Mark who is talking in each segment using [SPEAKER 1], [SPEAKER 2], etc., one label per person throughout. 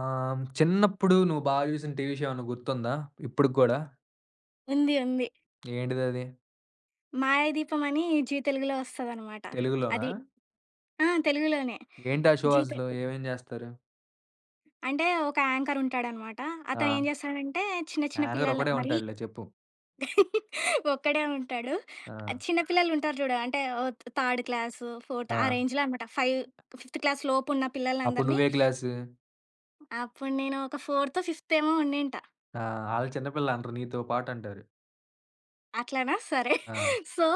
[SPEAKER 1] ఆహ్, చిన్నప్పుడు నువ్వు బాగా జూసిన టీవీ షో ఏమన్నా గుర్తుందా? ఇప్పటికి గూడా?
[SPEAKER 2] ఉంది. ఉంది.
[SPEAKER 1] ఏంటిదది?
[SPEAKER 2] 'మాయాదీపం' అని జీ తెలుగులో వస్తదనమాట.
[SPEAKER 1] తెలుగులోనా?
[SPEAKER 2] అది ఆ! తెలుగులోనే.
[SPEAKER 1] ఏంటా షో
[SPEAKER 2] జీ తె
[SPEAKER 1] అసలు? ఏమేం జేస్తారు?
[SPEAKER 2] అంటే ఒక యాంకర్ ఉంటాడనమాట.
[SPEAKER 1] ఆ!
[SPEAKER 2] అతను ఏం చేస్తాడంటే చిన్న చిన్న
[SPEAKER 1] నాన్నగారు
[SPEAKER 2] పిల్లలు
[SPEAKER 1] ఒకడే
[SPEAKER 2] మరీ
[SPEAKER 1] ఉంటాడులే చెప్పు.
[SPEAKER 2] ఒక్కడే ఉంటాడు.
[SPEAKER 1] ఆ!
[SPEAKER 2] చిన్న పిల్లలు ఉంటారు చూడు. అంటే ఓ థర్డ్ క్లాసు, ఫోర్త్ ఆ
[SPEAKER 1] ఆ!
[SPEAKER 2] రేంజ్‌లో అనమాట. 5, ఫిఫ్త్ క్లాస్ లోపు ఉన్న
[SPEAKER 1] అప్పుడు
[SPEAKER 2] పిల్లలందరినీ
[SPEAKER 1] నువ్వే క్లాసు?
[SPEAKER 2] అప్పుడు నేను ఒక ఫోర్తో, ఫిఫ్త్ ఏమో ఉండింట.
[SPEAKER 1] ఆ! ఆళ్ళు చిన్నపిల్ల అనరు నీతో పాటుంటారు.
[SPEAKER 2] అట్లనా? సరే.
[SPEAKER 1] ఆ!
[SPEAKER 2] సో,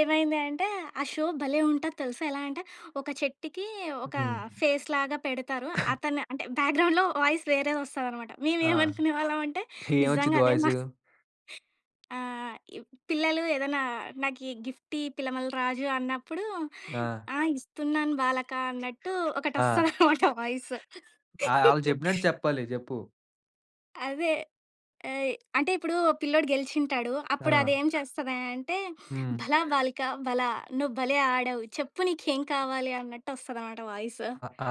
[SPEAKER 2] ఏమైంది అంటే, ఆ షో భలే ఉంటది తెలుసా! ఎలా అంటే, ఒక చెట్టుకి ఒక
[SPEAKER 1] హ్మ్.
[SPEAKER 2] ఫేస్‌లాగా పెడతారు. అతను అంటే, బ్యాక్‌గ్రౌండ్‌లో వాయిస్ వేరేదొస్తదనమాట.
[SPEAKER 1] ఆ!
[SPEAKER 2] మేమేమనుకునే వాళ్ళమంటే,
[SPEAKER 1] ఏమొచ్చిద్ది
[SPEAKER 2] నిజంగా అదే మా
[SPEAKER 1] వాయిసు?
[SPEAKER 2] ఈ పిల్లలు ఏదైనా నాకీ గిఫ్ట్ ఇయ్యి పిల్లమల రాజు అన్నప్పుడు,
[SPEAKER 1] ఆ!
[SPEAKER 2] ఆ! ఇస్తున్నాను బాలక అన్నట్టు
[SPEAKER 1] ఆ!
[SPEAKER 2] ఒకటొస్తదనమాట వాయిస్.
[SPEAKER 1] ఆ! ఆళ్ళు చెప్పినట్టు చెప్పాలి. చెప్పు.
[SPEAKER 2] అదే. ఆహ్, అంటే ఇప్పుడు పిల్లోడు గెలిచింటాడు. అప్పుడు
[SPEAKER 1] ఆ!
[SPEAKER 2] అదేం చేస్తదంటే,
[SPEAKER 1] హ్మ్.
[SPEAKER 2] "భలా బాలిక భలా, నువ్వు భలే ఆడావు. చెప్పు నీకేం కావాలి" అన్నట్టు వస్తదనమాట వాయిస్.
[SPEAKER 1] అ ఆ!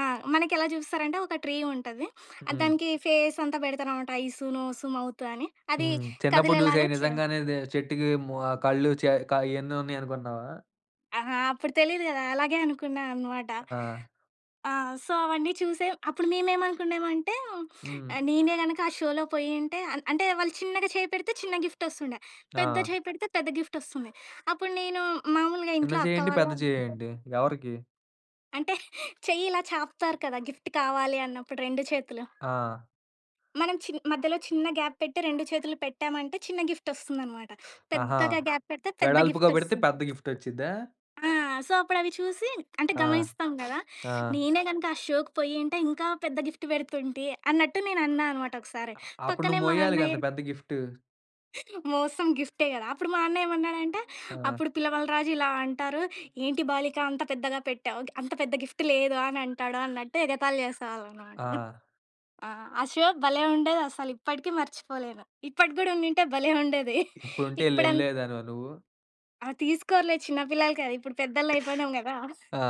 [SPEAKER 2] ఆ! మనకెలా చూపిస్తారంటే ఒక ట్రీ ఉంటది.
[SPEAKER 1] హ్మ్.
[SPEAKER 2] దానికి ఫేస్ అంతా పెడతారనమాట. ఐసు, నోసు, మౌతు అని. అది
[SPEAKER 1] హ్మ్. చిన్నప్పుడు జూసేయి
[SPEAKER 2] కదిలేలాగా చే
[SPEAKER 1] నిజంగానే దే చెట్టుకి మొ కళ్ళు, చె క ఇయన్నీ ఉన్నాయనుకున్నావా?
[SPEAKER 2] ఆ! అప్పుడు తెలీదు కదా! అలాగే అనుకున్నా అనమాట.
[SPEAKER 1] ఆ!
[SPEAKER 2] ఆ! సో, అవన్నీ చూసే అప్పుడు మేమేమనుకున్నామంటే
[SPEAKER 1] హ్మ్.
[SPEAKER 2] నేనే గనక ఆ షోలో పోయింటే అంటే వాళ్ళు చిన్నగా చేయి పెడితే చిన్న గిఫ్టొస్తుండే.
[SPEAKER 1] ఆ!
[SPEAKER 2] పెద్ద చేయి పెడితే పెద్ద గిఫ్టొస్తుంది. అప్పుడు నేను మామూలుగా
[SPEAKER 1] చిన్న
[SPEAKER 2] ఇంట్లో అక్క
[SPEAKER 1] చేయండి, పెద్ద
[SPEAKER 2] వాళ్ళు
[SPEAKER 1] చేయండి? ఎవరికి?
[SPEAKER 2] అంటే చెయ్యి ఇలా చాపుతారు కదా! గిఫ్ట్ కావాలి అన్నప్పుడు 2 చేతులు.
[SPEAKER 1] ఆ!
[SPEAKER 2] మనం మధ్యలో చిన్న గ్యాప్ పెట్టి 2 చేతులు పెట్టామంటే చిన్న గిఫ్టొస్తుందనమాట.
[SPEAKER 1] ఆహా!
[SPEAKER 2] పెద్దగా గ్యాప్ పెడితే పెద్ద
[SPEAKER 1] వెడల్పుగా పెడితే
[SPEAKER 2] గిఫ్టొస్తుంది.
[SPEAKER 1] పెద్ద గిఫ్టొచ్చిద్దా?
[SPEAKER 2] ఆ! సో, అప్పుడవి చూసి అంటే
[SPEAKER 1] ఆ!
[SPEAKER 2] గమనిస్తాం గదా!
[SPEAKER 1] ఆ!
[SPEAKER 2] నేనే గనక ఆ షోకి పోయింటే ఇంకా పెద్ద గిఫ్ట్ పెడుతుంటి అన్నట్టు నేనన్నా అనమాట ఒకసారి.
[SPEAKER 1] అ అప్పుడు
[SPEAKER 2] పక్కనే
[SPEAKER 1] నువ్వు
[SPEAKER 2] మా
[SPEAKER 1] మోయాలిగా అంత
[SPEAKER 2] అన్నయ్య
[SPEAKER 1] పెద్ద గిఫ్టు.
[SPEAKER 2] మోసం గిఫ్టే గదా! అప్పుడు మా అన్న ఏమన్నాడంటే,
[SPEAKER 1] ఆ!
[SPEAKER 2] "అప్పుడు పిల్లమలరాజు ఇలా అంటారు, ఏంటి బాలిక అంత పెద్దగా పెట్టావు, అంత పెద్ద గిఫ్ట్ లేదు" అని అంటాడు అన్నట్టు ఎగతాళి చేసేవాళ్ళనమాట.
[SPEAKER 1] ఆ!
[SPEAKER 2] ఆ! ఆ షో భలే ఉండేదసలు ఇప్పటికి మర్చిపోలేను. ఇప్పటికి గూడా ఉండింటే భలే ఉండేది.
[SPEAKER 1] ఇప్పుడుంటే ఎల్
[SPEAKER 2] ఇప్పుడం
[SPEAKER 1] ఎళ్ళేదానివా నువ్వు?
[SPEAKER 2] ఆ! తీసుకోరులే చిన్న పిల్లలు కదా! ఇప్పుడు పెద్దోళ్ళయిపోయినాం గదా!
[SPEAKER 1] ఆ!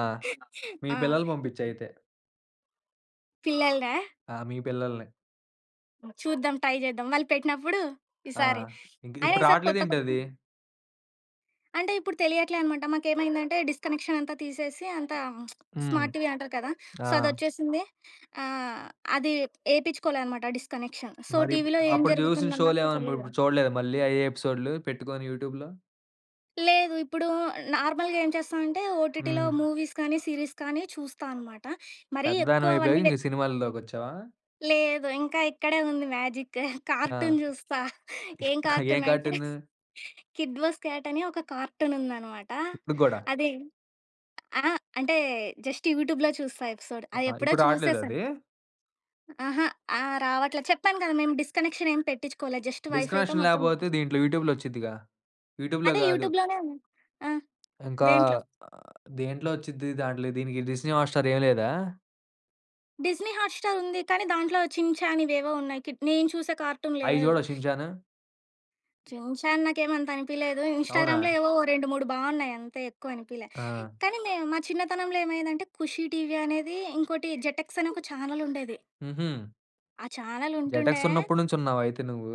[SPEAKER 1] మీ
[SPEAKER 2] ఆ!
[SPEAKER 1] పిల్లల్ని పంపించయితే.
[SPEAKER 2] పిల్లలదా?
[SPEAKER 1] ఆ! మీ పిల్లల్ని.
[SPEAKER 2] హ్మ్. చూద్దాం ట్రై చేద్దాం. వాళ్ళు పెట్టినప్పుడు
[SPEAKER 1] ఆ!
[SPEAKER 2] ఈసారి
[SPEAKER 1] ఇంక
[SPEAKER 2] అయినా
[SPEAKER 1] ఇప్పుడు
[SPEAKER 2] ఈసారి కొత్త కొత్త
[SPEAKER 1] రావట్లేదేంటది?
[SPEAKER 2] అంటే ఇప్పుడు తెలియట్లే అనమాట. మాకేమైందంటే డిస్‌కనెక్షన్ అంతా తీసేసి అంతా
[SPEAKER 1] హ్మ్.
[SPEAKER 2] స్మార్ట్ టీవీ అంటారు కదా!
[SPEAKER 1] ఆ!
[SPEAKER 2] సో, అదొచ్చేసింది. ఆహ్, అది ఏపిచ్చుకోలే అనమాట డిస్‌కనెక్షన్. సో,
[SPEAKER 1] మరి ఇప్
[SPEAKER 2] టీవీలో ఏం
[SPEAKER 1] అప్పుడు చూసిన
[SPEAKER 2] జరుగుతుందన్నట్టు
[SPEAKER 1] షోలేమన్నా
[SPEAKER 2] తెలీదు.
[SPEAKER 1] మీరిప్పుడు చూడలేదా మళ్ళీ అయ్యే ఎపిసోడ్‌లు పెట్టుకొని యూట్యూబ్‌లో?
[SPEAKER 2] లేదు. ఇప్పుడు నార్మల్‌గా ఏం చేస్తానంటే ఓటీటీలో
[SPEAKER 1] హ్మ్.
[SPEAKER 2] మూవీస్ కానీ, సీరీస్ కానీ చూస్తా అనమాట. మరీ ఎక్కువ
[SPEAKER 1] పెద్దదానివయిపోయాక
[SPEAKER 2] అవన్నీ వె
[SPEAKER 1] ఇంక సినిమాలలోకొచ్చావా?
[SPEAKER 2] లేదు. ఇంకా ఇక్కడే ఉంది మ్యాజిక్.
[SPEAKER 1] ఆ!
[SPEAKER 2] కార్టూన్ జూస్తా. ఏం
[SPEAKER 1] ఏం
[SPEAKER 2] కార్టూన్ అంటే
[SPEAKER 1] కార్టూన్?
[SPEAKER 2] 'కిడ్ బస్ క్యాట్' అని ఒక కార్టూన్ ఉందనమాట.
[SPEAKER 1] ఇప్పుడు గూడా?
[SPEAKER 2] అది ఆ! అంటే జస్ట్ యూట్యూబ్‌లో చూస్తా ఎపిసోడ్. అది
[SPEAKER 1] ఆహా!
[SPEAKER 2] ఎప్పుడో
[SPEAKER 1] ఇప్పుడు రావట్లేదా
[SPEAKER 2] చూసేసాను.
[SPEAKER 1] అది?
[SPEAKER 2] అహా! ఆ! రావట్లే. చెప్పాను కదా! మేము డిస్‌కనెక్షన్ ఏం పెట్టించుకోలే. జస్ట్ వైఫైతో
[SPEAKER 1] డిస్కనెక్షన్
[SPEAKER 2] మొత్తం
[SPEAKER 1] లేపోతే దీంట్లో యూట్యూబ్‌లో వచ్చిద్దిగా. యూట్యూబ్‌లో
[SPEAKER 2] అదే
[SPEAKER 1] గాదు.
[SPEAKER 2] యూట్యూబ్‌లోనే ఆ!
[SPEAKER 1] ఇంకా
[SPEAKER 2] దేంట్లో?
[SPEAKER 1] ఆహ్, దేంట్లో వచ్చిద్ది? దాంట్లో దీనికి 'డిస్నీ హాట్‌స్టార్' ఏం లేదా?
[SPEAKER 2] 'డిస్నీ హాట్‌స్టార్' ఉంది. కానీ దాంట్లో 'చిన్ చాన్' ఇవేవో ఉన్నాయి. నేను చూసే కార్టూన్
[SPEAKER 1] అయి
[SPEAKER 2] లేదు.
[SPEAKER 1] జూడవా 'షిన్ చాను'?
[SPEAKER 2] రించాన్ నాకేమంత అనిపియలేదు.
[SPEAKER 1] అవునా?
[SPEAKER 2] ఇన్‌స్టాగ్రామ్‌లో ఏవో ఓ 2, 3 బావున్నాయి అంతే ఎక్కువ అనిపియలే.
[SPEAKER 1] ఆ!
[SPEAKER 2] కానీ మా చిన్నతనంలో ఏమైందంటే 'ఖుషి టీవీ' అనేది ఇంకోటి 'జెటెక్స్' అని ఒక ఛానెల్ ఉండేది.
[SPEAKER 1] హుహు.
[SPEAKER 2] ఆ ఛానెల్
[SPEAKER 1] జెటెక్స్
[SPEAKER 2] ఉంటుండే
[SPEAKER 1] ఉన్నప్పటి నుంచి ఉన్నావా అయితే నువ్వు?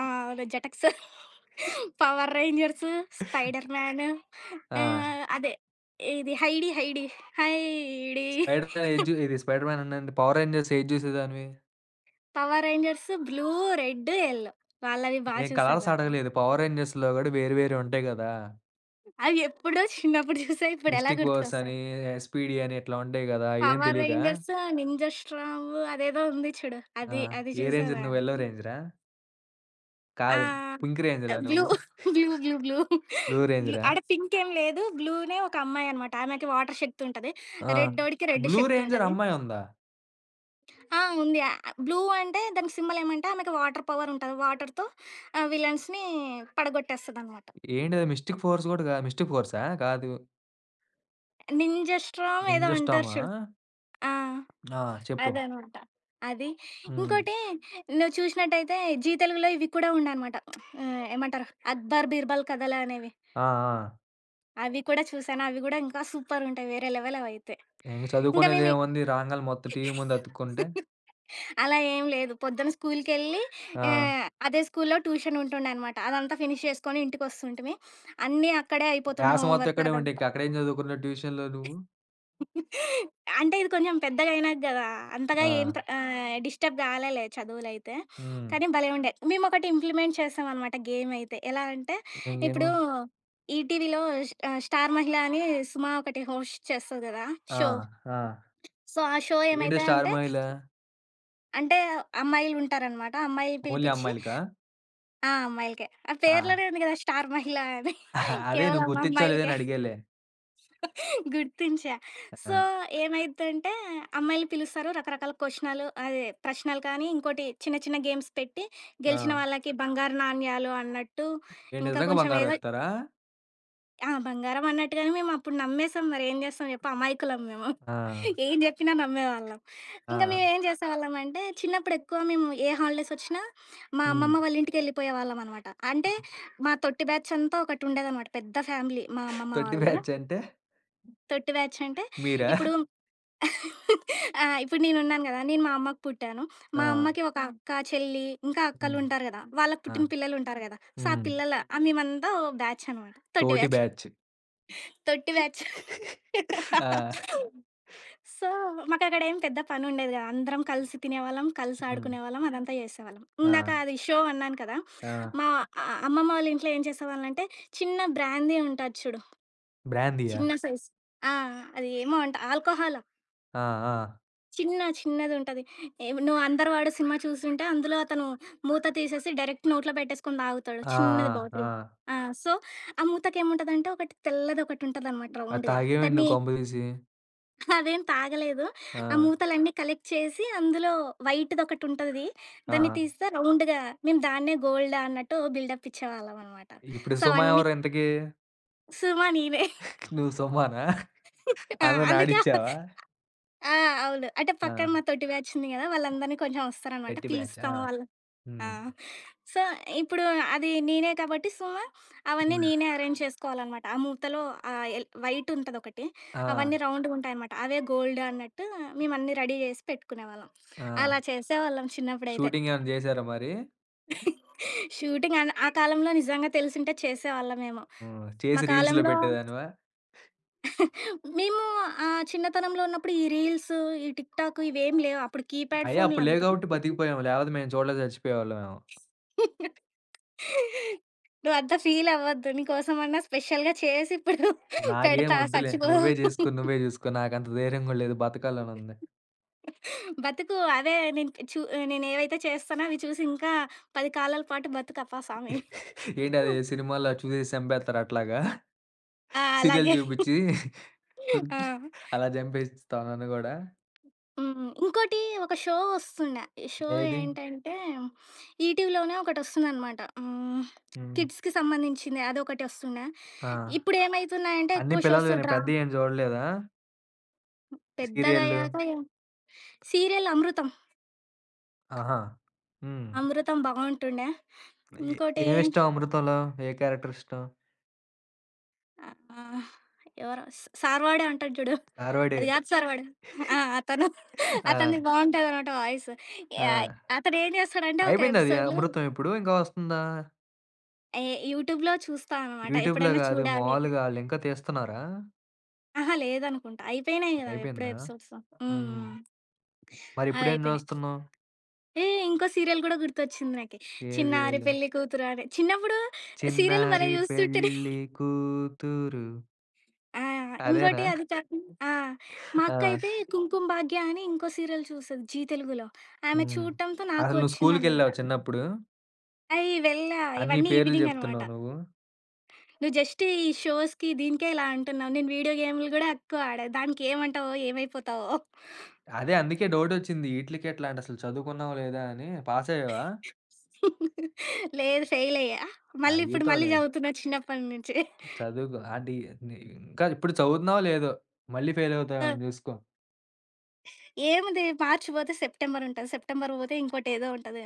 [SPEAKER 2] 'Jetix' 'Power Rangers', 'Spider Man'
[SPEAKER 1] ఆ!
[SPEAKER 2] ఆహ్, అదే ఇది 'Heidi Heidi Heidi'
[SPEAKER 1] Spider Man ఏది జూ ఇది 'స్పైడర్ మ్యాన్' ఉందండి. 'పవర్ రేంజర్స్' ఏది జూసేదానివి?
[SPEAKER 2] 'Power Rangers' blue, red, yellow వాళ్ళవి బా
[SPEAKER 1] నేను కలర్స్
[SPEAKER 2] చూసేదాన్ని.
[SPEAKER 1] అడగలేదు. 'పవర్ రేంజర్స్‌లో' గూడా వేరు వేరే ఉంటాయి గదా!
[SPEAKER 2] అవి ఎప్పుడో చిన్నప్పుడు చూసా ఇప్పుడెలా
[SPEAKER 1] మిస్టిక్ వర్స్ అని,
[SPEAKER 2] గుర్తుకొస్తాయి.
[SPEAKER 1] ఎస్పీడీ అని ఇట్లా ఉంటాయి గదా! ఏం
[SPEAKER 2] పవర్
[SPEAKER 1] తెలీదా?
[SPEAKER 2] రేంజర్స్, నింజా స్ట్రామ్ అదేదో ఉంది చూడు.
[SPEAKER 1] ఆ!
[SPEAKER 2] అది అది
[SPEAKER 1] ఏ రేంజర్
[SPEAKER 2] చూసావా?
[SPEAKER 1] నువ్వు? యెల్లో రేంజరా?
[SPEAKER 2] ఆ!
[SPEAKER 1] కాదు. పింక్ రేంజరా
[SPEAKER 2] బ్లూ,
[SPEAKER 1] నువ్వు?
[SPEAKER 2] బ్లూ,
[SPEAKER 1] బ్లూ
[SPEAKER 2] బ్లూ
[SPEAKER 1] రేంజరా?
[SPEAKER 2] ఆడ పింక్ ఏం లేదు. బ్లూనే ఒక అమ్మాయనమాట. ఆమెకి వాటర్ శక్తి ఉంటది.
[SPEAKER 1] ఆ!
[SPEAKER 2] రెడ్డోడికి రెడ్
[SPEAKER 1] బ్లూ
[SPEAKER 2] శక్తి
[SPEAKER 1] రేంజర్
[SPEAKER 2] ఉంటది.
[SPEAKER 1] అమ్మాయుందా?
[SPEAKER 2] ఆ! ఉంది. బ్లూ అంటే దానికి సింబల్ ఏమంటే ఆమెకి వాటర్ పవర్ ఉంటది. వాటర్‌తో విలన్స్‌ని పడగొట్టేస్తదనమాట.
[SPEAKER 1] ఏంటిది మిస్టిక్ ఫోర్స్ గూడా గాదు. మిస్టిక్ ఫోర్సా? కాదు.
[SPEAKER 2] నింజా స్ట్రామ్ ఏదో
[SPEAKER 1] నింజా
[SPEAKER 2] అంటారు
[SPEAKER 1] స్టార్మా?
[SPEAKER 2] చూడు. ఆ!
[SPEAKER 1] ఆ! చెప్పు.
[SPEAKER 2] అదనమాట. అది.
[SPEAKER 1] హ్మ్.
[SPEAKER 2] ఇంకోటి నువ్వు చూసినట్టయితే 'జీ తెలుగులో' ఇవి కూడా ఉండనమాట. ఏమంటారు 'అక్బర్ బీర్బల్' కథలు అనేవి.
[SPEAKER 1] ఆ! ఆ!
[SPEAKER 2] అవి కూడా చూసాను. అవి గూడా ఇంకా సూపరుంటాయి. వేరే లెవెల్ అవైతే.
[SPEAKER 1] ఇంక
[SPEAKER 2] ఇంకా మేము
[SPEAKER 1] చదువుకునేదేముంది రాంగాలనే మొత్తం టీవీ ముందు అతుక్కుంటే.
[SPEAKER 2] అలా ఏం లేదు. పొద్దున స్కూలుకెళ్ళి
[SPEAKER 1] ఆ!
[SPEAKER 2] అదే స్కూలులో ట్యూషన్ ఉంటుండనమాట. అదంతా ఫినిష్ చేసుకొని ఇంటికొస్తుంటిమి. అన్నీ అక్కడే అయిపోతుండే
[SPEAKER 1] ధ్యాస
[SPEAKER 2] హోమ్
[SPEAKER 1] మొత్తం
[SPEAKER 2] వర్క్
[SPEAKER 1] ఇక్కడే ఉంటే ఇంక
[SPEAKER 2] అదంతా.
[SPEAKER 1] అక్కడేం చదువుకున్నావు ట్యూషన్‌లో నువ్వు?
[SPEAKER 2] అంటే ఇది కొంచెం పెద్దగా అయినాక గదా! అంతగా
[SPEAKER 1] ఆ!
[SPEAKER 2] డిస్టర్బ్ కాలేలే చదువులైతే.
[SPEAKER 1] హ్మ్.
[SPEAKER 2] కానీ భలే ఉండే. మేమొకటి ఇంప్లిమెంట్ చేసామనమాట గేమయితే. ఎలా అంటే
[SPEAKER 1] ఇంకేమి?
[SPEAKER 2] ఇప్పుడు ఈటీవీలో 'స్టార్ మహిళ' అని సుమ ఒకటి హోస్ట్ చేస్తది గదా!
[SPEAKER 1] ఆ!
[SPEAKER 2] షో.
[SPEAKER 1] ఆ!
[SPEAKER 2] సో, ఆ షో
[SPEAKER 1] ఏంటిది
[SPEAKER 2] ఏమైతది
[SPEAKER 1] స్టార్
[SPEAKER 2] అంటే,
[SPEAKER 1] మాయిలా?
[SPEAKER 2] అంటే అమ్మాయిలుంటారనమాట. అమ్మాయిలని
[SPEAKER 1] ఓన్లీ
[SPEAKER 2] పిలిపిచ్చి
[SPEAKER 1] అమ్మాయిలకా?
[SPEAKER 2] ఆ! అమ్మాయిలకే. ఆ
[SPEAKER 1] ఆ!
[SPEAKER 2] పేర్లోనే ఉంది గదా! 'స్టార్ మహిళ' అని.
[SPEAKER 1] అదే నువ్వు
[SPEAKER 2] కేవలం
[SPEAKER 1] గుర్తిచ్చావో లేదో
[SPEAKER 2] అమ్మాయిలకే.
[SPEAKER 1] అని అడిగాలే.
[SPEAKER 2] గుర్తించా. సో,
[SPEAKER 1] ఆ!
[SPEAKER 2] ఏమైద్దంటే అమ్మాయిల్ని పిలుస్తారు. రకరకాల క్వెషనాలు అదే ప్రశ్నలు కానీ, ఇంకోటి చిన్న చిన్న గేమ్స్ పెట్టి
[SPEAKER 1] ఆ!
[SPEAKER 2] గెలిచిన వాళ్ళకి బంగారు నాణ్యాలు అన్నట్టు,
[SPEAKER 1] ఏంటి
[SPEAKER 2] ఇంకా
[SPEAKER 1] నిజంగా
[SPEAKER 2] కొంచెం
[SPEAKER 1] బంగారం
[SPEAKER 2] ఏదో
[SPEAKER 1] ఇత్తారా?
[SPEAKER 2] ఆ! బంగారం అన్నట్టుగాని మేమప్పుడు నమ్మేసాం. మరి ఏం చేస్తాం చెప్పు అమాయకులం మేము.
[SPEAKER 1] ఆ!
[SPEAKER 2] ఏం చెప్పినా నమ్మేవాళ్ళం. ఇంక
[SPEAKER 1] ఆ!
[SPEAKER 2] మేమేం చేసేవాళ్ళమంటే, చిన్నప్పుడు ఎక్కువ మేము ఏ హాలిడేస్ వచ్చినా మా
[SPEAKER 1] హ్మ్.
[SPEAKER 2] అమ్మమ్మ వాళ్ళ ఇంటికెళ్ళిపోయేవాళ్ళమనమాట. అంటే మా తొట్టి బ్యాచ్ అంతా ఒకటుండేదనమాట. పెద్ద ఫ్యామిలీ మా అమ్మమ్మ
[SPEAKER 1] తొట్టి
[SPEAKER 2] వాళ్ళది.
[SPEAKER 1] బ్యాచ్ అంటే
[SPEAKER 2] తొట్టి బ్యాచ్ అంటే
[SPEAKER 1] మీరా?
[SPEAKER 2] ఇప్పుడు ఆ! ఇప్పుడు నేనున్నాను గదా! నేను మా అమ్మకి పుట్టాను.
[SPEAKER 1] ఆ!
[SPEAKER 2] మా అమ్మకి ఒక ఆ! అక్క, చెల్లి ఇంకా
[SPEAKER 1] హ్మ్.
[SPEAKER 2] అక్కలుంటారు గదా! వాళ్ళకి
[SPEAKER 1] ఆ!
[SPEAKER 2] పుట్టిన పిల్లలుంటారు గదా! సో, ఆ
[SPEAKER 1] హ్మ్.
[SPEAKER 2] పిల్లల మేమంతా ఓ బ్యాచ్ అనమాట. తొట్టి
[SPEAKER 1] తోటి
[SPEAKER 2] బ్యాచ్.
[SPEAKER 1] బ్యాచ్.
[SPEAKER 2] తొట్టి బ్యాచ్.
[SPEAKER 1] ఆ!
[SPEAKER 2] సో, మాకక్కడేం పెద్ద పనుండేది గాదు. అందరం కలిసి తినేవాళ్ళం, కలిసి
[SPEAKER 1] హ్మ్.
[SPEAKER 2] ఆడుకునేవాళ్ళం, అదంతా చేసేవాళ్ళం. ఇందాక
[SPEAKER 1] ఆ!
[SPEAKER 2] అది షో అన్నాను కదా!
[SPEAKER 1] ఆ!
[SPEAKER 2] మా అమ్మమ్మ వాళ్ళ ఇంట్లో ఏం చేసేవాళ్ళంటే, చిన్న బ్రాందీ ఉంటది చూడు,
[SPEAKER 1] బ్రాందీయా?
[SPEAKER 2] చిన్న సైజ్ ఆ! అది ఏమో అంట ఆల్కహాల్
[SPEAKER 1] ఆ! ఆ!
[SPEAKER 2] చిన్న చిన్నదుంటది. ఏవ్ నువ్వు 'అందరివాడు' సినిమా చూసుంటే అందులో అతను మూత తీసేసి డైరెక్ట్ నోట్లో పెట్టేసుకొని తాగుతాడు.
[SPEAKER 1] ఆ!
[SPEAKER 2] చిన్నది
[SPEAKER 1] ఆ! ఆ!
[SPEAKER 2] బాటిల్. ఆ! సో, ఆ మూతకేముంటదంటే ఒకటి తెల్లదొకటుంటదనమాట
[SPEAKER 1] అది
[SPEAKER 2] రౌండ్‌గా.
[SPEAKER 1] తాగేవండి
[SPEAKER 2] దాన్ని
[SPEAKER 1] నువ్వు కొంపదీసి?
[SPEAKER 2] అదేం తాగలేదు.
[SPEAKER 1] ఆ!
[SPEAKER 2] ఆ మూతలన్నీ కలెక్ట్ చేసి అందులో వైట్‌దొకటుంటది.
[SPEAKER 1] ఆ!
[SPEAKER 2] దాన్ని తీస్తే రౌండ్‌గా మేము దాన్నే గోల్డా అన్నట్టు బిల్డప్ ఇచ్చేవాళ్ళమనమాట.
[SPEAKER 1] ఇప్పుడు
[SPEAKER 2] సో,
[SPEAKER 1] సుమ
[SPEAKER 2] అవన్నీ
[SPEAKER 1] ఎవరు ఇంతకి?
[SPEAKER 2] సుమా నేనే.
[SPEAKER 1] నువ్వు సుమనా?
[SPEAKER 2] ఆ!
[SPEAKER 1] అందరిని
[SPEAKER 2] అందుకే
[SPEAKER 1] ఆడిచ్చావా?
[SPEAKER 2] ఆ! అవును. అంటే
[SPEAKER 1] ఆ!
[SPEAKER 2] పక్కన మా తోటి బ్యాచ్ ఉంది గదా! వాళ్ళందరిని కొంచెం వస్తారనమాట.
[SPEAKER 1] తట్టి బ్యాచ్. ఆ!
[SPEAKER 2] పిలుస్తాము వాళ్ళ ఆ!
[SPEAKER 1] హ్మ్.
[SPEAKER 2] సో, ఇప్పుడు అది నేనే కాబట్టి సో, అవన్నీ
[SPEAKER 1] హ్మ్.
[SPEAKER 2] నేనే అరేంజ్ చేసుకోవాలనమాట. ఆ మూతలో ఆహ్, ఎల్ వైట్ ఉంటదొకటి.
[SPEAKER 1] ఆ!
[SPEAKER 2] అవన్నీ రౌండ్‌గుంటాయనమాట. అవే గోల్డ్ అన్నట్టు మేము అన్నీ రెడీ చేసి పెట్టుకునేవాళ్ళం.
[SPEAKER 1] ఆ!
[SPEAKER 2] అలా చేసేవాళ్ళం చిన్నప్పుడైతే.
[SPEAKER 1] షూటింగ్ ఏమైనా జేసారా మరి?
[SPEAKER 2] షూటింగ్ అన్ ఆ కాలంలో నిజంగా తెలిసుంటే చేసేవాళ్ళమేమో.
[SPEAKER 1] హ్మ్.
[SPEAKER 2] మా
[SPEAKER 1] చేసి రీల్స్‌లో
[SPEAKER 2] కాలంలో
[SPEAKER 1] పెట్టేదానివా?
[SPEAKER 2] మేము ఆహ్, చిన్నతనంలో ఉన్నప్పుడు ఈ రీల్స్, ఈ టిక్‌టాక్ ఇవేం లేవు. అప్పుడు కీప్యాడ్
[SPEAKER 1] అయ్యా అప్పుడు లేవు
[SPEAKER 2] ఫోన్లంతా.
[SPEAKER 1] కాబట్టి బతికిపోయాం. లేకపోతే మేము చూడలేక చచ్చిపోయేవాళ్ళం మేము.
[SPEAKER 2] నువ్వంత ఫీలవ్వద్దు. నీకోసమన్నా స్పెషల్‌గా చేసి ఇప్పుడు
[SPEAKER 1] నాకేం
[SPEAKER 2] పెడతా
[SPEAKER 1] వద్దులే.
[SPEAKER 2] సచ్చిపో.
[SPEAKER 1] నువ్వే జేసుకో, నువ్వే జూసుకో. నాకంత ధైర్యం గూడా లేదు. బతకాలనుంది.
[SPEAKER 2] బతుకు అదే నేను చూ నేనేవైతే చేస్తానో అవి చూసి ఇంకా 10 కాలాల పాటు బతుకప్పా సామి.
[SPEAKER 1] ఏంటి అది సినిమాల్లో చూసేసి చంపేత్తారు అట్లాగా?
[SPEAKER 2] ఆ!
[SPEAKER 1] సీరియల్
[SPEAKER 2] అలాగే.
[SPEAKER 1] చూపిచ్చి
[SPEAKER 2] ఆ!
[SPEAKER 1] అలా చంపేస్తావా నన్ను గూడా?
[SPEAKER 2] హ్మ్. ఇంకోటి ఒక షో వస్తుండే. ఈ షో
[SPEAKER 1] ఏది?
[SPEAKER 2] ఏంటంటే ఈటీవీలోనే ఒకటొస్తుందనమాట. హ్మ్.
[SPEAKER 1] హ్మ్.
[SPEAKER 2] కిడ్స్‌కి సంబంధించింది అదొకటి వస్తుండే.
[SPEAKER 1] ఆ!
[SPEAKER 2] ఇప్పుడేమైతున్నాయంటే
[SPEAKER 1] అన్ని
[SPEAKER 2] ఎక్కువ షోస్
[SPEAKER 1] పిల్లలవేనా?
[SPEAKER 2] డ్రా
[SPEAKER 1] పెద్దయేం జూడలేదా? సీరియల్లు?
[SPEAKER 2] పెద్దగయ్యాక సీరియల్ అమృతం.
[SPEAKER 1] ఆహా! హ్మ్.
[SPEAKER 2] అమృతం బావుంటుండే.
[SPEAKER 1] ఏ
[SPEAKER 2] ఇంకోటి
[SPEAKER 1] ఏమిష్టం అమృతంలో? ఏ క్యారెక్టర్ ఇష్టం?
[SPEAKER 2] ఆహ్, ఎవరో సార్వాడే అంటాడు జూడు.
[SPEAKER 1] గారవాడే.
[SPEAKER 2] అది గాదు సార్వాడు. ఆ! అతను
[SPEAKER 1] ఆ!
[SPEAKER 2] అతనిది బావుంటదనమాట వాయిస్.
[SPEAKER 1] ఆ!
[SPEAKER 2] యాయ్ అతనేం జేస్తాడంటే ఒక
[SPEAKER 1] అయిపోయింది అది
[SPEAKER 2] ఎపిసోడ్‌లో
[SPEAKER 1] అమృతం ఇప్పుడు. ఇంకా వస్తుందా?
[SPEAKER 2] ఏ యూట్యూబ్‌లో చూస్తా అనమాట.
[SPEAKER 1] యూట్యూబ్‌లో
[SPEAKER 2] ఎప్పుడైనా
[SPEAKER 1] గాదు.
[SPEAKER 2] చూడాలి
[SPEAKER 1] మాములుగా ఆళ్ళింకా తీస్తున్నారా?
[SPEAKER 2] అహా! లేదనుకుంటా. అయిపోయినాయి గదా! అవెప్పుడో
[SPEAKER 1] అయిపోయిందా?
[SPEAKER 2] ఎపిసోడ్స్. హ్మ్.
[SPEAKER 1] హ్మ్.
[SPEAKER 2] హ్మ్.
[SPEAKER 1] మరిప్పుడేం
[SPEAKER 2] అవయిపోయినాయి.
[SPEAKER 1] జూస్తున్నావు?
[SPEAKER 2] ఏ ఇంకో సీరియల్ గూడా గుర్తొచ్చింది నాకి.
[SPEAKER 1] ఏ
[SPEAKER 2] 'చిన్నారి
[SPEAKER 1] సీరియల్లు?
[SPEAKER 2] పెళ్లి కూతురు' అని. చిన్నప్పుడు సీరియల్ భలే
[SPEAKER 1] 'చిన్నారి
[SPEAKER 2] జూస్తుంటిని.
[SPEAKER 1] పెళ్లి కూతురు'
[SPEAKER 2] ఆ!
[SPEAKER 1] అదేనా?
[SPEAKER 2] ఇంకోటి అది కాకుం ఆ! మా
[SPEAKER 1] ఆ!
[SPEAKER 2] అక్కయితే 'కుంకుమ భాగ్య' అని ఇంకో సీరియల్ చూస్తది 'జీ తెలుగులో'. ఆమె
[SPEAKER 1] హ్మ్.
[SPEAKER 2] చూడటంతో నాకు
[SPEAKER 1] అసలు నువ్వు
[SPEAKER 2] వచ్చిందనమాట.
[SPEAKER 1] స్కూలుకెళ్ళావా చిన్నప్పుడు?
[SPEAKER 2] వెళ్ళా
[SPEAKER 1] అన్ని
[SPEAKER 2] ఇవన్నీ
[SPEAKER 1] పేర్లు
[SPEAKER 2] ఈవినింగ్ అనమాట.
[SPEAKER 1] జెప్తున్నావు నువ్వు.
[SPEAKER 2] "నువ్వు జస్ట్ ఈ షోస్‌కి, దీనికే ఇలా అంటున్నావు. నేను వీడియో గేములు గూడా ఎక్కువ ఆడా. దానికి ఏమంటావో, ఏమైపోతావో?"
[SPEAKER 1] అదే అందుకే డౌటొచ్చింది. ఈట్లికెట్లా అంటే అసలు చదువుకున్నావా లేదా అని. పాసయ్యావా?
[SPEAKER 2] లేదు ఫెయిల్ అయ్యా. మళ్ళీ ఇప్పుడు
[SPEAKER 1] అయ్యుతావులే.
[SPEAKER 2] చదువుతున్నా చిన్నప్పటి నుంచి.
[SPEAKER 1] చదువుకో. అంటే నీ ఇంకా ఇప్పుడు చదువుతున్నావో లేదో? మళ్ళీ
[SPEAKER 2] ఆ!
[SPEAKER 1] ఫెయిలవుతావేమో జూసుకో.
[SPEAKER 2] ఏముంది మార్చ్ పోతే సెప్టెంబర్ ఉంటది. సెప్టెంబర్ పోతే ఇంకోటేదో ఉంటది.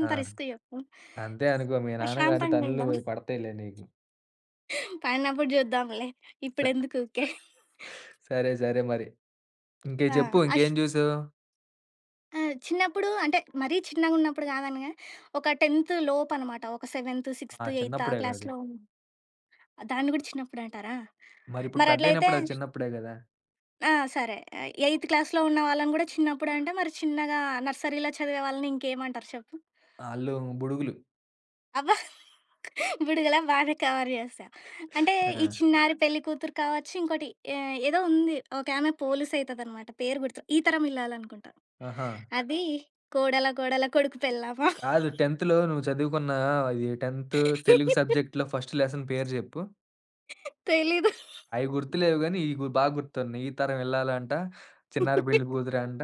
[SPEAKER 1] ఆ!
[SPEAKER 2] రిస్క్ చెప్పు?
[SPEAKER 1] అంతే అనుకో మీ నాన్న గాని తన్నులు
[SPEAKER 2] ప్రశాంతంగుందాం.
[SPEAKER 1] పడతాయిలే నీకు.
[SPEAKER 2] పడినప్పుడు చూద్దాంలే.
[SPEAKER 1] స
[SPEAKER 2] ఇప్పుడెందుకు ఊకే.
[SPEAKER 1] సరే, సరే మరి. ఇంకేం
[SPEAKER 2] ఆ!
[SPEAKER 1] చెప్పు
[SPEAKER 2] అష్
[SPEAKER 1] ఇంకేం జూసావు?
[SPEAKER 2] ఆ! చిన్నప్పుడు అంటే మరీ చిన్నగున్నప్పుడు కాదని గాని, ఒక 10థ్ లోపనమాట. ఒక 7థ్,
[SPEAKER 1] ఆ!
[SPEAKER 2] 6థ్, 8థ్ ఆ
[SPEAKER 1] చిన్నప్పుడేగా అది.
[SPEAKER 2] క్లాస్‌లో దాన్ని గూడా చిన్నప్పుడంటారా?
[SPEAKER 1] మరిప్పుడు
[SPEAKER 2] మరట్లయితే
[SPEAKER 1] పెద్దయినప్పుడు అది చిన్నప్పుడే గదా!
[SPEAKER 2] ఆ! సరే. 8థ్ క్లాస్‌లో ఉన్న వాళ్ళని గూడా చిన్నప్పుడంటే, మరి చిన్నగా నర్సరీలో చదివే వాళ్ళని ఇంకేమంటారు చెప్పు?
[SPEAKER 1] ఆళ్ళు బుడుగులు.
[SPEAKER 2] అబ్బా! బుడగలా బానే కవర్ చేశావు. అంటే ఈ
[SPEAKER 1] ఆ!
[SPEAKER 2] 'చిన్నారి పెళ్లి కూతురు' కావచ్చు, ఏదో ఉంది. ఓకే. ఆమె పోలీస్ అయితదనమాట. పేరు గుర్తు ఈ తరం ఇల్లాలనుకుంటా.
[SPEAKER 1] ఆహా!
[SPEAKER 2] అది కోడల కోడల కొడుకు పెళ్ళామా?
[SPEAKER 1] కాదు 10థ్‌లో నువ్వు చదువుకున్న ఇది 10th తెలుగు సబ్జెక్ట్‌లో ఫస్ట్ లెసన్ పేరు జెప్పు.
[SPEAKER 2] తెలీదు.
[SPEAKER 1] అయి గుర్తులేవు గానీ, ఇయి గు బా గుర్తున్నాయి. ఈ తరం ఇల్లాలంట, చిన్నారి పెళ్లి కూతురంట.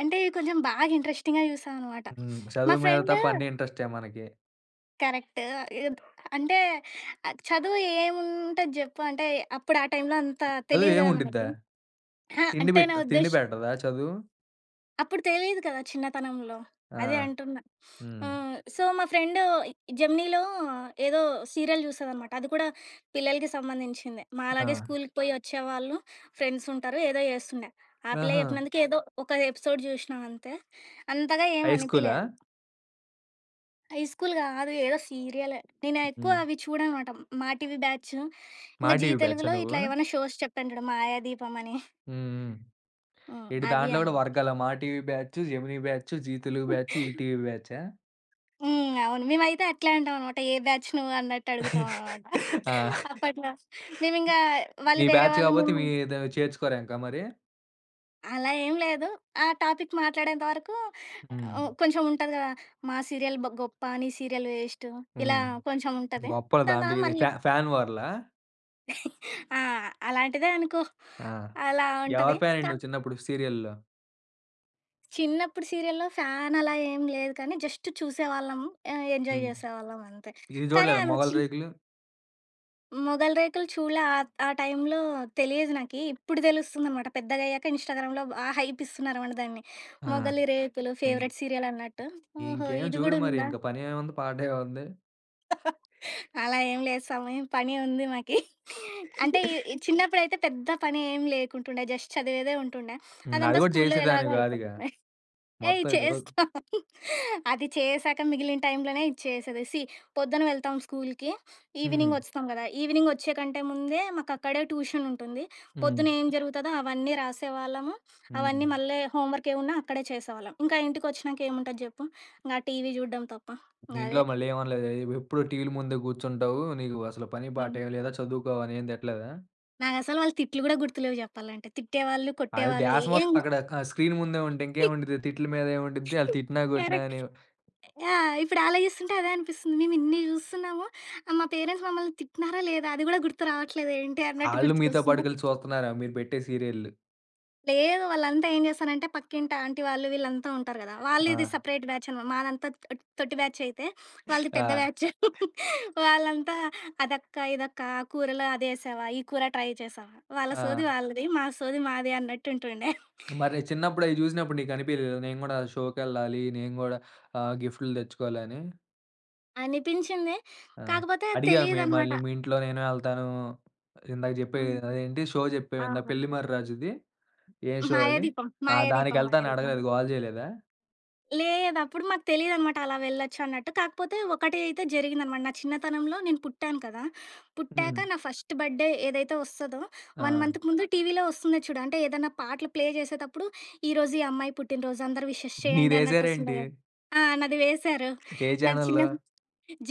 [SPEAKER 2] అంటే ఇవి కొంచెం బాగా ఇంట్రెస్టింగ్‌గా చూసాననమాట.
[SPEAKER 1] హ్మ్.
[SPEAKER 2] మా
[SPEAKER 1] చదువు మీద
[SPEAKER 2] ఫ్రెండ్
[SPEAKER 1] తప్ప అన్నీ ఇంట్రెస్టే మనకి.
[SPEAKER 2] కరెక్ట్. ఎద్ అంటే చదువు ఏముంటది జెప్పు? అంటే అప్పుడు ఆ టైంలో అంత
[SPEAKER 1] చదువు
[SPEAKER 2] తెలీదు గదా
[SPEAKER 1] ఏముండిద్దా?
[SPEAKER 2] మనకి. అహా! అంటే నా
[SPEAKER 1] తిండి
[SPEAKER 2] ఉద్దేశ్
[SPEAKER 1] పెట్టదా చదువు?
[SPEAKER 2] అప్పుడు తెలీదు కదా చిన్నతనంలో.
[SPEAKER 1] ఆ!
[SPEAKER 2] అదే అంటున్నా.
[SPEAKER 1] హ్మ్.
[SPEAKER 2] హ్మ్. సో, మా ఫ్రెండ్ జెమినీలో ఏదో సీరియల్ చూస్తదనమాట. అది కూడా పిల్లలకి సంబంధించిందే. మాలాగే
[SPEAKER 1] ఆ!
[SPEAKER 2] స్కూలుకి పోయి వచ్చేవాళ్ళు ఫ్రెండ్సుంటారు. ఏదో చేస్తుండే. ఆ పిల్ల
[SPEAKER 1] ఆహా!
[SPEAKER 2] చెప్పినందుకు ఏదో ఒక ఎపిసోడ్ చూసినా అంతే. అంతగా ఏం
[SPEAKER 1] హై
[SPEAKER 2] అనిపియలే
[SPEAKER 1] స్కూలా?
[SPEAKER 2] అది. హై స్కూల్ కాదు ఏదో సీరియలే. నేను ఎక్కువ
[SPEAKER 1] హ్మ్.
[SPEAKER 2] అవి చూడనమాట. మా టీవీ బ్యాచ్.
[SPEAKER 1] మా
[SPEAKER 2] ఇంక జీ
[SPEAKER 1] టీవీ బ్యాచా
[SPEAKER 2] తెలుగులో
[SPEAKER 1] నువ్వు?
[SPEAKER 2] ఇట్లా ఏమైనా షోస్ చెప్పాను చూడు 'మాయాదీపం' అని.
[SPEAKER 1] హ్మ్. హ్మ్.
[SPEAKER 2] హ్మ్.
[SPEAKER 1] ఏంటి
[SPEAKER 2] అవి
[SPEAKER 1] దాంట్లో గూడా
[SPEAKER 2] అనమాట.
[SPEAKER 1] వర్గాలా? Maa TV batch, Gemini batch, Zee Telugu batch, ETV బ్యాచా?
[SPEAKER 2] హ్మ్. అవును. మేమైతే అట్లే అంటామనమాట. ఏ బ్యాచ్ నువ్వు అన్నట్టు అడుగుతామనమాట.
[SPEAKER 1] ఆ!
[SPEAKER 2] అప్పట్లో మేమింగా
[SPEAKER 1] మీ
[SPEAKER 2] వాళ్ళు వేరే
[SPEAKER 1] బ్యాచ్
[SPEAKER 2] వాళ్ళు
[SPEAKER 1] గాపోతే
[SPEAKER 2] మేము
[SPEAKER 1] మీది చేర్చుకోరా ఇంకా మరి?
[SPEAKER 2] అలా ఏం లేదు. ఆ టాపిక్ మాట్లాడేంత వరకు
[SPEAKER 1] హ్మ్.
[SPEAKER 2] కొంచెం ఉంటది గదా! మా సీరియల్ బ గొప్ప, నీ సీరియల్ వేస్ట్ ఇలా
[SPEAKER 1] హ్మ్.
[SPEAKER 2] కొంచెం ఉంటది.
[SPEAKER 1] గొప్పలు
[SPEAKER 2] దాని
[SPEAKER 1] దాంట్లో
[SPEAKER 2] తర్వాత
[SPEAKER 1] ఇది
[SPEAKER 2] మళ్ళీ
[SPEAKER 1] ఫ్యాన్ వార్‌లా?
[SPEAKER 2] ఆ! అలాంటిదే అనుకో.
[SPEAKER 1] ఆ!
[SPEAKER 2] అలా ఉంటది.
[SPEAKER 1] ఎవరి ఫ్యానండి
[SPEAKER 2] కా
[SPEAKER 1] నువ్వు చిన్నప్పుడు సీరియల్‌లో?
[SPEAKER 2] చిన్నప్పుడు సీరియల్‌లో ఫ్యాన్ అలా ఏం లేదు కానీ జస్ట్ చూసేవాళ్ళం. ఎంజాయ్
[SPEAKER 1] హ్మ్.
[SPEAKER 2] చేసేవాళ్ళం అంతే.
[SPEAKER 1] ఇది
[SPEAKER 2] కానీ
[SPEAKER 1] జూడలేదా
[SPEAKER 2] ఆమె
[SPEAKER 1] 'మొగలి
[SPEAKER 2] వచ్చి
[SPEAKER 1] రేకులు'?
[SPEAKER 2] మొగలి రేకులు చూడలే. ఆ ఆ టైంలో తెలియదు నాకి. ఇప్పుడు తెలుస్తుందనమాట. పెద్దగయ్యాక ఇన్‌స్టాగ్రామ్‌లో బా హైప్ ఇస్తున్నారనమాట దాన్ని.
[SPEAKER 1] ఆ!
[SPEAKER 2] మొగలి రేకులు
[SPEAKER 1] ఇ
[SPEAKER 2] ఫేవరెట్ సీరియల్ అన్నట్టు. ఓహో!
[SPEAKER 1] ఇంకేం
[SPEAKER 2] ఇది
[SPEAKER 1] చూడు
[SPEAKER 2] గూడా
[SPEAKER 1] మరి
[SPEAKER 2] ఉందా?
[SPEAKER 1] ఇంక పనేముంది? పాటేముంది?
[SPEAKER 2] అలా ఏం లేదు సమయం పని ఉంది మాకి. అంటే ఈ ఈ చిన్నప్పుడైతే పెద్ద పని ఏం లేకుంటుండే. జస్ట్ చదివేదే ఉంటుండే.
[SPEAKER 1] హ్మ్. అది
[SPEAKER 2] అదంతా
[SPEAKER 1] గూడా
[SPEAKER 2] స్కూల్లో ఎలాగో
[SPEAKER 1] జేసేదానివి గాదుగా.
[SPEAKER 2] అయిపోతుంది. ఏయ్!
[SPEAKER 1] మొత్తం ఇదో
[SPEAKER 2] చేస్తాం. అది చేశాక మిగిలిన టైంలోనే ఇది చేసేది. సీ పొద్దున వెళ్తాం స్కూలుకి.
[SPEAKER 1] హ్మ్.
[SPEAKER 2] ఈవినింగ్ వస్తాం గదా! ఈవినింగ్ వచ్చే కంటే ముందే మాకక్కడే ట్యూషన్ ఉంటుంది.
[SPEAKER 1] హ్మ్.
[SPEAKER 2] పొద్దున ఏం జరుగుతదో అవన్నీ రాసేవాళ్ళము.
[SPEAKER 1] హ్మ్.
[SPEAKER 2] అవన్నీ మళ్ళీ హోంవర్క్ ఏమున్నా అక్కడే చేసేవాళ్ళం. ఇంకా ఇంటికొచ్చినాక ఏముంటది జెప్పు? ఇంగ టీవీ జూడడం తప్ప. ఇంగ
[SPEAKER 1] ఇంట్లో
[SPEAKER 2] అదే.
[SPEAKER 1] మళ్ళీ ఏమనలేదా? ఎప్పుడు టీవీల ముందే కూర్చుంటావు. నీకు అసలు పని పాట
[SPEAKER 2] హ్మ్.
[SPEAKER 1] ఏమి లేదా? చదువుకోవా అని ఏం తిట్టలేదా?
[SPEAKER 2] నాకసలు వాళ్ళ తిట్లు గూడా గుర్తులేవు జెప్పాలంటే. తిట్టేవాళ్ళు,
[SPEAKER 1] అదే
[SPEAKER 2] కొట్టేవాళ్ళు
[SPEAKER 1] ధ్యాస మొత్తం
[SPEAKER 2] ఏం
[SPEAKER 1] అక్కడ క స్క్రీన్ ముందే ఉంటే ఇంకేముండిద్ది? తిట్ల మీదే ఉండిద్ది. ఆళ్ళు తిట్టినా, కొట్టినా
[SPEAKER 2] కరెక్ట్.
[SPEAKER 1] అని
[SPEAKER 2] ఆ! ఇప్పుడు ఆలోచిస్తుంటే అదే అనిపిస్తుంది. మేము ఇన్ని జూస్తున్నాము. మా పేరెంట్స్ మమ్మల్ని తిట్టినారా లేదా? అది గూడా గుర్తు రావట్లేదు ఏంటి అన్నట్టు
[SPEAKER 1] ఆళ్ళు మీతో
[SPEAKER 2] గుర్తుకొస్తుంది.
[SPEAKER 1] పాటుకెళ్ళి చూస్తున్నారా మీరు పెట్టే సీరియల్‌లు.
[SPEAKER 2] లేదు వాళ్ళంతా ఏం చేస్తారంటే పక్కింటి ఆంటీ వాళ్ళు వీళ్ళంతా ఉంటారు గదా!
[SPEAKER 1] ఆ!
[SPEAKER 2] వాళ్ళది సెపరేట్ బ్యాచ్ అనమాట. మాదంతా తొ తొట్టి బ్యాచ్ అయితే వాళ్ళది పెద్ద
[SPEAKER 1] ఆ!
[SPEAKER 2] బ్యాచ్. వాళ్ళంతా అదక్క, ఇదక్క ఆ కూరలో అదేసావా? ఈ కూర ట్రై చేసావా? వాళ్ళ సోది
[SPEAKER 1] ఆ!
[SPEAKER 2] వాళ్ళది. మా సోది మాది అన్నట్టుంటుండే.
[SPEAKER 1] మరి చిన్నప్పుడు అయి చూసినప్పుడు నీకు అనిపియలేదా? నేను గూడా షోకెళ్ళాలి. నేను గూడా ఆహ్, గిఫ్టులు తెచ్చుకోవాలని.
[SPEAKER 2] అనిపించింది.
[SPEAKER 1] ఆ!
[SPEAKER 2] కాకపోతే
[SPEAKER 1] అడిగావా
[SPEAKER 2] తెలీదనమాట.
[SPEAKER 1] మళ్ళీ మీ ఇంట్లో నేను ఎళ్తాను. ఇందాక చెప్పే
[SPEAKER 2] హ్మ్.
[SPEAKER 1] అదేంటి షో చెప్పావు
[SPEAKER 2] ఆ!
[SPEAKER 1] ఇందాక 'పెళ్లి మర్రి రాజు'ది? ఏం షో అది?
[SPEAKER 2] మాయాదీపం.
[SPEAKER 1] ఆ!
[SPEAKER 2] మాయాదీపం.
[SPEAKER 1] దానికెళ్తాను
[SPEAKER 2] మాయాదీపం.
[SPEAKER 1] అడగలేదు. గోల చేయలేదా?
[SPEAKER 2] లేదు. అప్పుడు మాకు తెలీదనమాట అలా వెళ్ళొచ్చన్నట్టు. కాకపోతే ఒకటి అయితే జరిగిందనమాట. నా చిన్నతనంలో నేను పుట్టాను కదా! పుట్టాక
[SPEAKER 1] హ్మ్.
[SPEAKER 2] నా ఫస్ట్ బర్త్‌డే ఏదైతే వస్తదో
[SPEAKER 1] ఆ!
[SPEAKER 2] 1 మంత్‌కి ముందు టీవీలో వస్తుంది చూడు. అంటే ఏదన్నా పాటలు ప్లే చేసేతప్పుడు ఈరోజు ఈ అమ్మాయి పుట్టినరోజు అందరూ విషెస్ చేయండి అన్నట్టొస్తుంది
[SPEAKER 1] నీదేశారేంటి?
[SPEAKER 2] కదా! ఆ! నాది వేశారు.
[SPEAKER 1] ఏ
[SPEAKER 2] నాది
[SPEAKER 1] ఛానల్‌లో?
[SPEAKER 2] చిన్నప్పుడు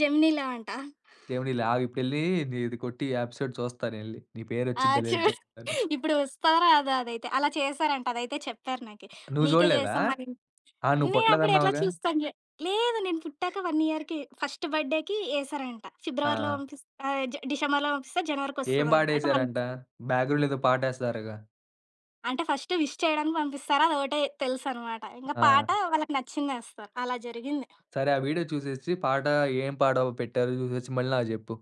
[SPEAKER 2] జెమినీలో అంట.
[SPEAKER 1] జెమినీలో ఆగు ఇప్పుడెళ్లి నీది కొట్టి ఎపిసోడ్ చూస్తానెళ్లి. నీ
[SPEAKER 2] ఆ!
[SPEAKER 1] పేరొచ్చిద్దా
[SPEAKER 2] చూ
[SPEAKER 1] లేదా చూస్తాను.
[SPEAKER 2] ఇప్పుడు వస్తదో రాదో అదైతే. అలా చేశారంట. అదైతే చెప్పారు నాకి.
[SPEAKER 1] నువ్వు
[SPEAKER 2] నీకే
[SPEAKER 1] చూడలేదా?
[SPEAKER 2] చేసాం మరి
[SPEAKER 1] ఆ! నువ్వు
[SPEAKER 2] నేనప్పుడు ఎట్లా
[SPEAKER 1] పుట్టలేదన్నావుగా?
[SPEAKER 2] చూస్తాను జె లేదు నేను పుట్టాక 1 ఇయర్‌కి ఫస్ట్ బర్త్‌డేకి ఏసారంట.
[SPEAKER 1] ఆ!
[SPEAKER 2] ఫిబ్రవరిలో పంపిస్ ఆహ్, జ డిసెంబర్‌లో పంపిస్తే
[SPEAKER 1] ఏం
[SPEAKER 2] జనవరికొస్తదంట. అంటే వాళ్ళు
[SPEAKER 1] పాటేశారంట? బ్యాక్‌గ్రౌండ్‌లో ఏదో పాటేస్తారుగా?
[SPEAKER 2] అంటే ఫస్ట్ విష్ చేయడానికి పంపిస్తారు. అదొకటే తెలుసనమాట. ఇంక
[SPEAKER 1] ఆ!
[SPEAKER 2] పాట వాళ్ళకి నచ్చిందేస్తారు. అలా జరిగింది.
[SPEAKER 1] సరే ఆ వీడియో చూసేసి పాట ఏం పాట పెట్టారో చూసొచ్చి మళ్ళీ నాకు జెప్పు.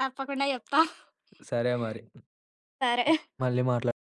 [SPEAKER 2] తప్పకుండా చెప్తా.
[SPEAKER 1] సరే మరి.
[SPEAKER 2] సరే.
[SPEAKER 1] మళ్ళీ మాట్లాడుకుందాం.